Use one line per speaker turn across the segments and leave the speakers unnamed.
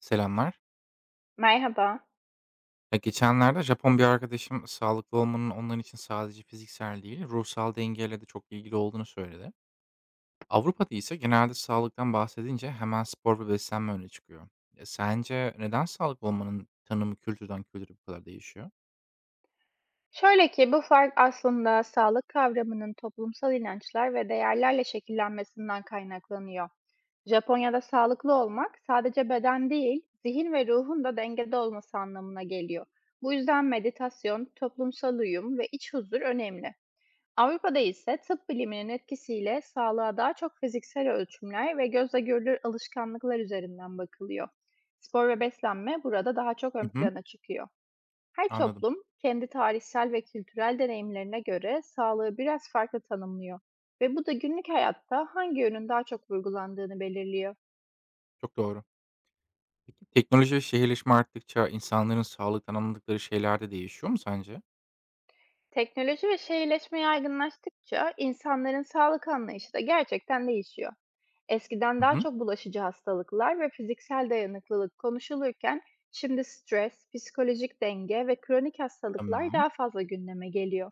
Selamlar.
Merhaba.
Ya geçenlerde Japon bir arkadaşım sağlıklı olmanın onlar için sadece fiziksel değil, ruhsal dengeyle de çok ilgili olduğunu söyledi. Avrupa'da ise genelde sağlıktan bahsedince hemen spor ve beslenme öne çıkıyor. Ya sence neden sağlıklı olmanın tanımı kültürden kültüre bu kadar değişiyor?
Şöyle ki bu fark aslında sağlık kavramının toplumsal inançlar ve değerlerle şekillenmesinden kaynaklanıyor. Japonya'da sağlıklı olmak sadece beden değil, zihin ve ruhun da dengede olması anlamına geliyor. Bu yüzden meditasyon, toplumsal uyum ve iç huzur önemli. Avrupa'da ise tıp biliminin etkisiyle sağlığa daha çok fiziksel ölçümler ve gözle görülür alışkanlıklar üzerinden bakılıyor. Spor ve beslenme burada daha çok ön
Hı hı,
plana çıkıyor. Her
anladım.
toplum kendi tarihsel ve kültürel deneyimlerine göre sağlığı biraz farklı tanımlıyor ve bu da günlük hayatta hangi yönün daha çok vurgulandığını belirliyor.
Çok doğru. Peki teknoloji ve şehirleşme arttıkça insanların sağlıktan anladıkları şeyler de değişiyor mu sence?
Teknoloji ve şehirleşme yaygınlaştıkça insanların sağlık anlayışı da gerçekten değişiyor. Eskiden
Hı
daha
hı,
çok bulaşıcı hastalıklar ve fiziksel dayanıklılık konuşulurken şimdi stres, psikolojik denge ve kronik hastalıklar
tamam.
daha fazla gündeme geliyor.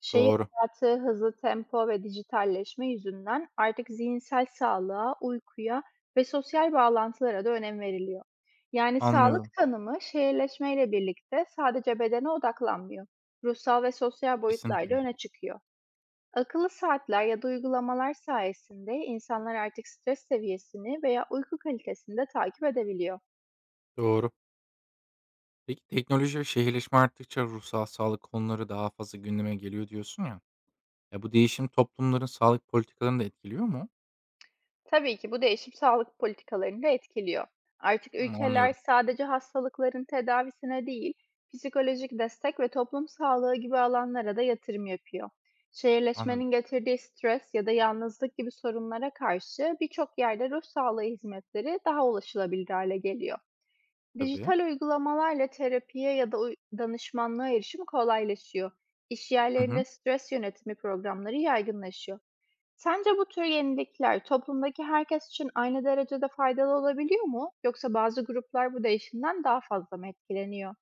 Şehir
Doğru.
hayatı, hızlı tempo ve dijitalleşme yüzünden artık zihinsel sağlığa, uykuya ve sosyal bağlantılara da önem veriliyor. Yani sağlık
Anlıyorum.
tanımı şehirleşmeyle birlikte sadece bedene odaklanmıyor. Ruhsal ve sosyal boyutlar da
Kesinlikle.
öne çıkıyor. Akıllı saatler ya da uygulamalar sayesinde insanlar artık stres seviyesini veya uyku kalitesini de takip edebiliyor.
Doğru. Peki teknoloji ve şehirleşme arttıkça ruhsal sağlık konuları daha fazla gündeme geliyor diyorsun ya. Ya bu değişim toplumların sağlık politikalarını da etkiliyor mu?
Tabii ki bu değişim sağlık politikalarını da etkiliyor. Artık
Hımm,
ülkeler
anlıyorum.
sadece hastalıkların tedavisine değil, psikolojik destek ve toplum sağlığı gibi alanlara da yatırım yapıyor.
Anladım.
Şehirleşmenin getirdiği stres ya da yalnızlık gibi sorunlara karşı birçok yerde ruh sağlığı hizmetleri daha ulaşılabilir hale geliyor.
Tabii.
Dijital uygulamalarla terapiye ya da danışmanlığa erişim kolaylaşıyor. İş
Hı hı.
yerlerinde stres yönetimi programları yaygınlaşıyor. Sence bu tür yenilikler toplumdaki herkes için aynı derecede faydalı olabiliyor mu? Yoksa bazı gruplar bu değişimden daha fazla mı etkileniyor?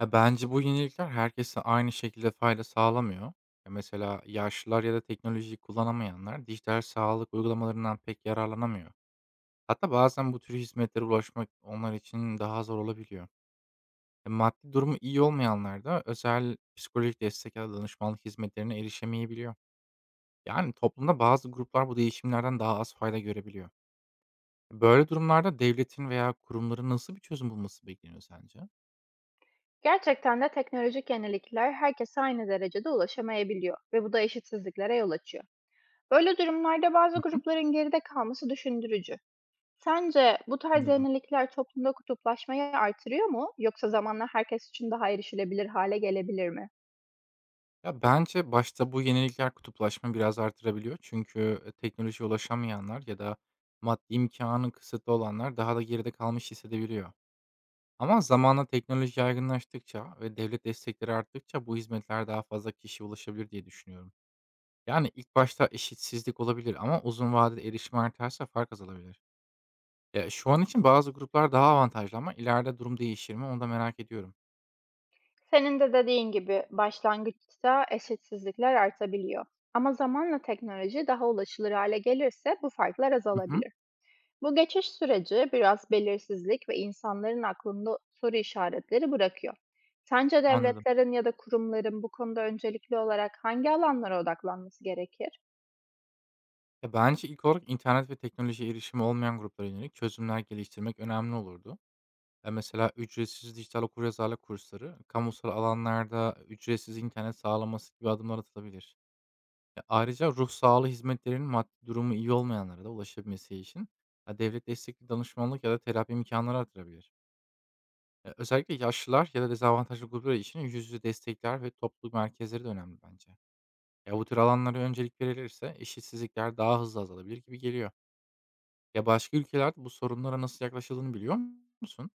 Ya bence bu yenilikler herkese aynı şekilde fayda sağlamıyor. Ya mesela yaşlılar ya da teknolojiyi kullanamayanlar dijital sağlık uygulamalarından pek yararlanamıyor. Hatta bazen bu tür hizmetlere ulaşmak onlar için daha zor olabiliyor. Maddi durumu iyi olmayanlar da özel psikolojik destek ya da danışmanlık hizmetlerine erişemeyebiliyor. Yani, toplumda bazı gruplar bu değişimlerden daha az fayda görebiliyor. Böyle durumlarda devletin veya kurumların nasıl bir çözüm bulması bekleniyor sence?
Gerçekten de teknolojik yenilikler herkese aynı derecede ulaşamayabiliyor ve bu da eşitsizliklere yol açıyor. Böyle durumlarda bazı
Hı hı,
grupların geride kalması düşündürücü. Sence bu tarz
anladım.
yenilikler toplumda kutuplaşmayı artırıyor mu? Yoksa zamanla herkes için daha erişilebilir hale gelebilir mi?
Ya, bence başta bu yenilikler kutuplaşma biraz artırabiliyor. Çünkü teknolojiye ulaşamayanlar ya da maddi imkânı kısıtlı olanlar daha da geride kalmış hissedebiliyor. Ama zamanla teknoloji yaygınlaştıkça ve devlet destekleri arttıkça bu hizmetler daha fazla kişiye ulaşabilir diye düşünüyorum. Yani, ilk başta eşitsizlik olabilir ama uzun vadede erişim artarsa fark azalabilir. Ya, şu an için bazı gruplar daha avantajlı ama ileride durum değişir mi onu da merak ediyorum.
Senin de dediğin gibi başlangıçta eşitsizlikler artabiliyor. Ama zamanla teknoloji daha ulaşılır hale gelirse bu farklar
Hı hı,
azalabilir. Bu geçiş süreci biraz belirsizlik ve insanların aklında soru işaretleri bırakıyor. Sence
anladım.
devletlerin ya da kurumların bu konuda öncelikli olarak hangi alanlara odaklanması gerekir?
Ya, bence ilk olarak internet ve teknolojiye erişimi olmayan gruplara yönelik çözümler geliştirmek önemli olurdu. Ya, mesela ücretsiz dijital okuryazarlık kursları, kamusal alanlarda ücretsiz internet sağlaması gibi adımlar atılabilir. Ya, ayrıca ruh sağlığı hizmetlerinin maddi durumu iyi olmayanlara da ulaşabilmesi için, ya, devlet destekli danışmanlık ya da terapi imkânları artırabilir. Özellikle yaşlılar ya da dezavantajlı gruplar için yüz yüze destekler ve topluluk merkezleri de önemli bence. Ya bu tür alanlara öncelik verilirse eşitsizlikler daha hızlı azalabilir gibi geliyor. Ya başka ülkelerde bu sorunlara nasıl yaklaşıldığını biliyor musun?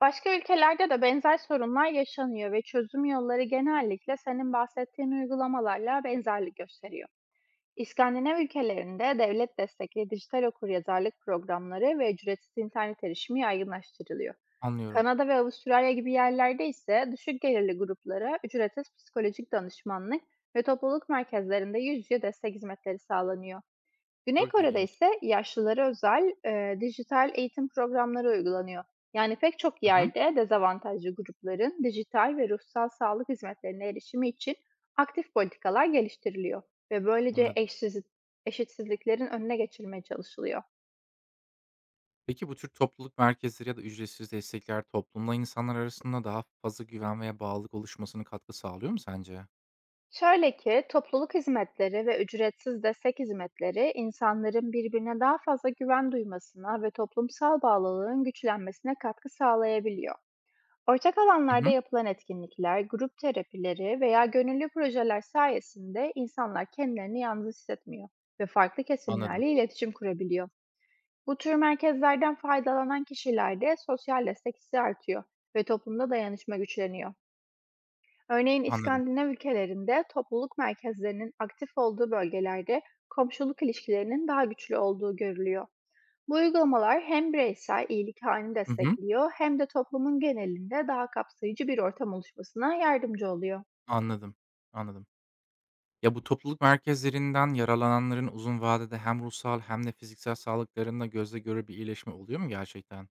Başka ülkelerde de benzer sorunlar yaşanıyor ve çözüm yolları genellikle senin bahsettiğin uygulamalarla benzerlik gösteriyor. İskandinav ülkelerinde devlet destekli dijital okuryazarlık programları ve ücretsiz internet erişimi yaygınlaştırılıyor.
Anlıyorum.
Kanada ve Avustralya gibi yerlerde ise düşük gelirli gruplara ücretsiz psikolojik danışmanlık ve topluluk merkezlerinde yüz yüze destek hizmetleri sağlanıyor. Güney
Çok
Kore'de
ilginç.
ise yaşlılara özel, dijital eğitim programları uygulanıyor. Yani pek çok
Hı hı,
yerde dezavantajlı grupların dijital ve ruhsal sağlık hizmetlerine erişimi için aktif politikalar geliştiriliyor ve böylece
anladım.
eşitsizliklerin önüne geçilmeye çalışılıyor.
Peki bu tür topluluk merkezleri ya da ücretsiz destekler toplumla insanlar arasında daha fazla güven veya bağlılık oluşmasına katkı sağlıyor mu sence?
Şöyle ki topluluk hizmetleri ve ücretsiz destek hizmetleri insanların birbirine daha fazla güven duymasına ve toplumsal bağlılığın güçlenmesine katkı sağlayabiliyor. Ortak
Hı
alanlarda
hı,
yapılan etkinlikler, grup terapileri veya gönüllü projeler sayesinde insanlar kendilerini yalnız hissetmiyor ve farklı
anladım,
kesimlerle iletişim kurabiliyor. Bu tür merkezlerden faydalanan kişilerde sosyal destek hissi artıyor ve toplumda dayanışma güçleniyor. Örneğin
anladım.
İskandinav ülkelerinde topluluk merkezlerinin aktif olduğu bölgelerde komşuluk ilişkilerinin daha güçlü olduğu görülüyor. Bu uygulamalar hem bireysel iyilik halini
Hı hı,
destekliyor hem de toplumun genelinde daha kapsayıcı bir ortam oluşmasına yardımcı oluyor.
anladım, anladım. Ya, bu topluluk merkezlerinden yaralananların uzun vadede hem ruhsal hem de fiziksel sağlıklarında gözle görülür bir iyileşme oluyor mu gerçekten?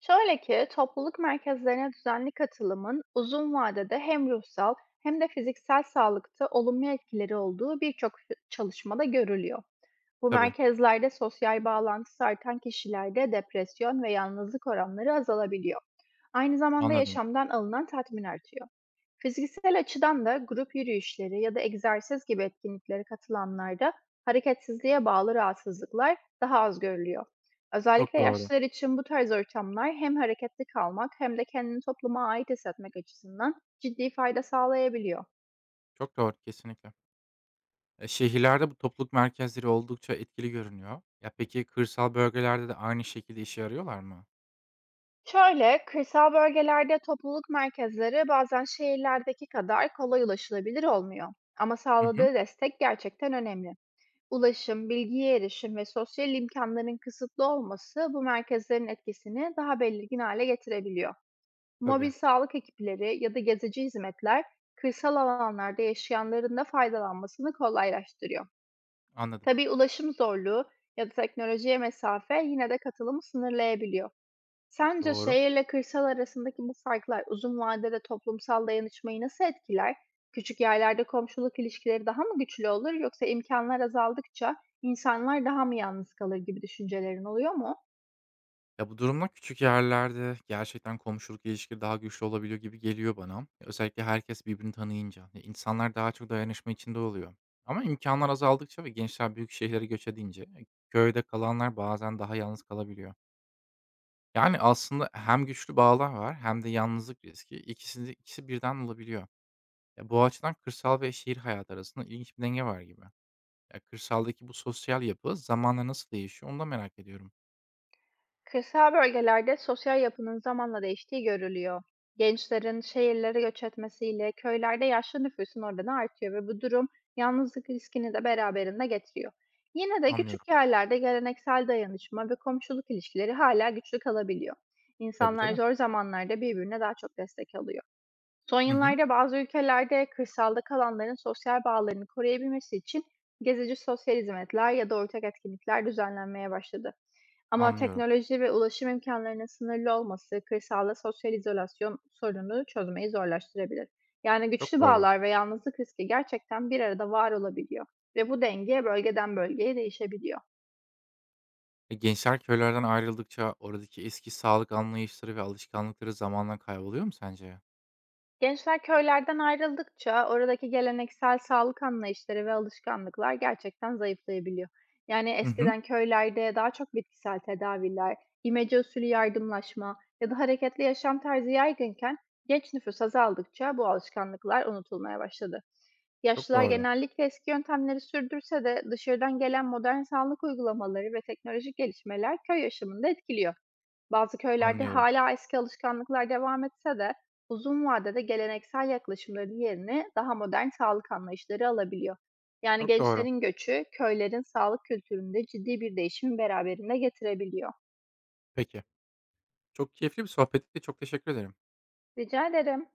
Şöyle ki topluluk merkezlerine düzenli katılımın uzun vadede hem ruhsal hem de fiziksel sağlıkta olumlu etkileri olduğu birçok çalışmada görülüyor. Bu
Tabii,
merkezlerde sosyal bağlantısı artan kişilerde depresyon ve yalnızlık oranları azalabiliyor. Aynı zamanda
anladım.
yaşamdan alınan tatmin artıyor. Fiziksel açıdan da grup yürüyüşleri ya da egzersiz gibi etkinliklere katılanlarda hareketsizliğe bağlı rahatsızlıklar daha az görülüyor.
Çok
Özellikle
doğru.
yaşlılar için bu tarz ortamlar hem hareketli kalmak hem de kendini topluma ait hissetmek açısından ciddi fayda sağlayabiliyor.
Çok doğru, kesinlikle. Şehirlerde bu topluluk merkezleri oldukça etkili görünüyor. Ya, peki kırsal bölgelerde de aynı şekilde işe yarıyorlar mı?
Şöyle, kırsal bölgelerde topluluk merkezleri bazen şehirlerdeki kadar kolay ulaşılabilir olmuyor. Ama
Hı hı.
sağladığı destek gerçekten önemli. Ulaşım, bilgiye erişim ve sosyal imkanların kısıtlı olması bu merkezlerin etkisini daha belirgin hale getirebiliyor. Mobil
Tabii,
sağlık ekipleri ya da gezici hizmetler kırsal alanlarda yaşayanların da faydalanmasını kolaylaştırıyor.
anladım.
Tabii ulaşım zorluğu ya da teknolojiye mesafe yine de katılımı sınırlayabiliyor. Sence
Doğru.
şehirle kırsal arasındaki bu farklar uzun vadede toplumsal dayanışmayı nasıl etkiler? Küçük yerlerde komşuluk ilişkileri daha mı güçlü olur, yoksa imkanlar azaldıkça insanlar daha mı yalnız kalır gibi düşüncelerin oluyor mu?
Ya, bu durumda küçük yerlerde gerçekten komşuluk ilişkileri daha güçlü olabiliyor gibi geliyor bana. Ya özellikle herkes birbirini tanıyınca. Ya, insanlar daha çok dayanışma içinde oluyor. Ama imkanlar azaldıkça ve gençler büyük şehirlere göç edince, köyde kalanlar bazen daha yalnız kalabiliyor. Yani, aslında hem güçlü bağlar var hem de yalnızlık riski. İkisini ikisi birden olabiliyor. Ya, bu açıdan kırsal ve şehir hayatı arasında ilginç bir denge var gibi. Ya, kırsaldaki bu sosyal yapı zamanla nasıl değişiyor onu da merak ediyorum.
Kırsal bölgelerde sosyal yapının zamanla değiştiği görülüyor. Gençlerin şehirlere göç etmesiyle köylerde yaşlı nüfusun oranı artıyor ve bu durum yalnızlık riskini de beraberinde getiriyor. Yine de
Anlıyorum.
küçük yerlerde geleneksel dayanışma ve komşuluk ilişkileri hala güçlü kalabiliyor.
Tabii,
İnsanlar
tabii.
zor zamanlarda birbirine daha çok destek alıyor. Son
Hı hı.
yıllarda bazı ülkelerde kırsalda kalanların sosyal bağlarını koruyabilmesi için gezici sosyal hizmetler ya da ortak etkinlikler düzenlenmeye başladı. Ama
Anlıyorum.
teknoloji ve ulaşım imkânlarının sınırlı olması kırsalda sosyal izolasyon sorununu çözmeyi zorlaştırabilir. Yani
Çok
güçlü
doğru.
bağlar ve yalnızlık riski gerçekten bir arada var olabiliyor ve bu denge bölgeden bölgeye değişebiliyor.
Gençler köylerden ayrıldıkça oradaki eski sağlık anlayışları ve alışkanlıkları zamanla kayboluyor mu sence?
Gençler köylerden ayrıldıkça oradaki geleneksel sağlık anlayışları ve alışkanlıklar gerçekten zayıflayabiliyor. Yani
Hı hı.
eskiden köylerde daha çok bitkisel tedaviler, imece usulü yardımlaşma ya da hareketli yaşam tarzı yaygınken genç nüfus azaldıkça bu alışkanlıklar unutulmaya başladı.
Çok
Yaşlılar
doğru.
genellikle eski yöntemleri sürdürse de dışarıdan gelen modern sağlık uygulamaları ve teknolojik gelişmeler köy yaşamını da etkiliyor. Bazı köylerde
Anlıyorum.
hala eski alışkanlıklar devam etse de uzun vadede geleneksel yaklaşımların yerini daha modern sağlık anlayışları alabiliyor. Yani
Çok doğru.
gençlerin göçü köylerin sağlık kültüründe ciddi bir değişimi beraberinde getirebiliyor.
Peki. Çok keyifli bir sohbetti. Çok teşekkür ederim.
Rica ederim.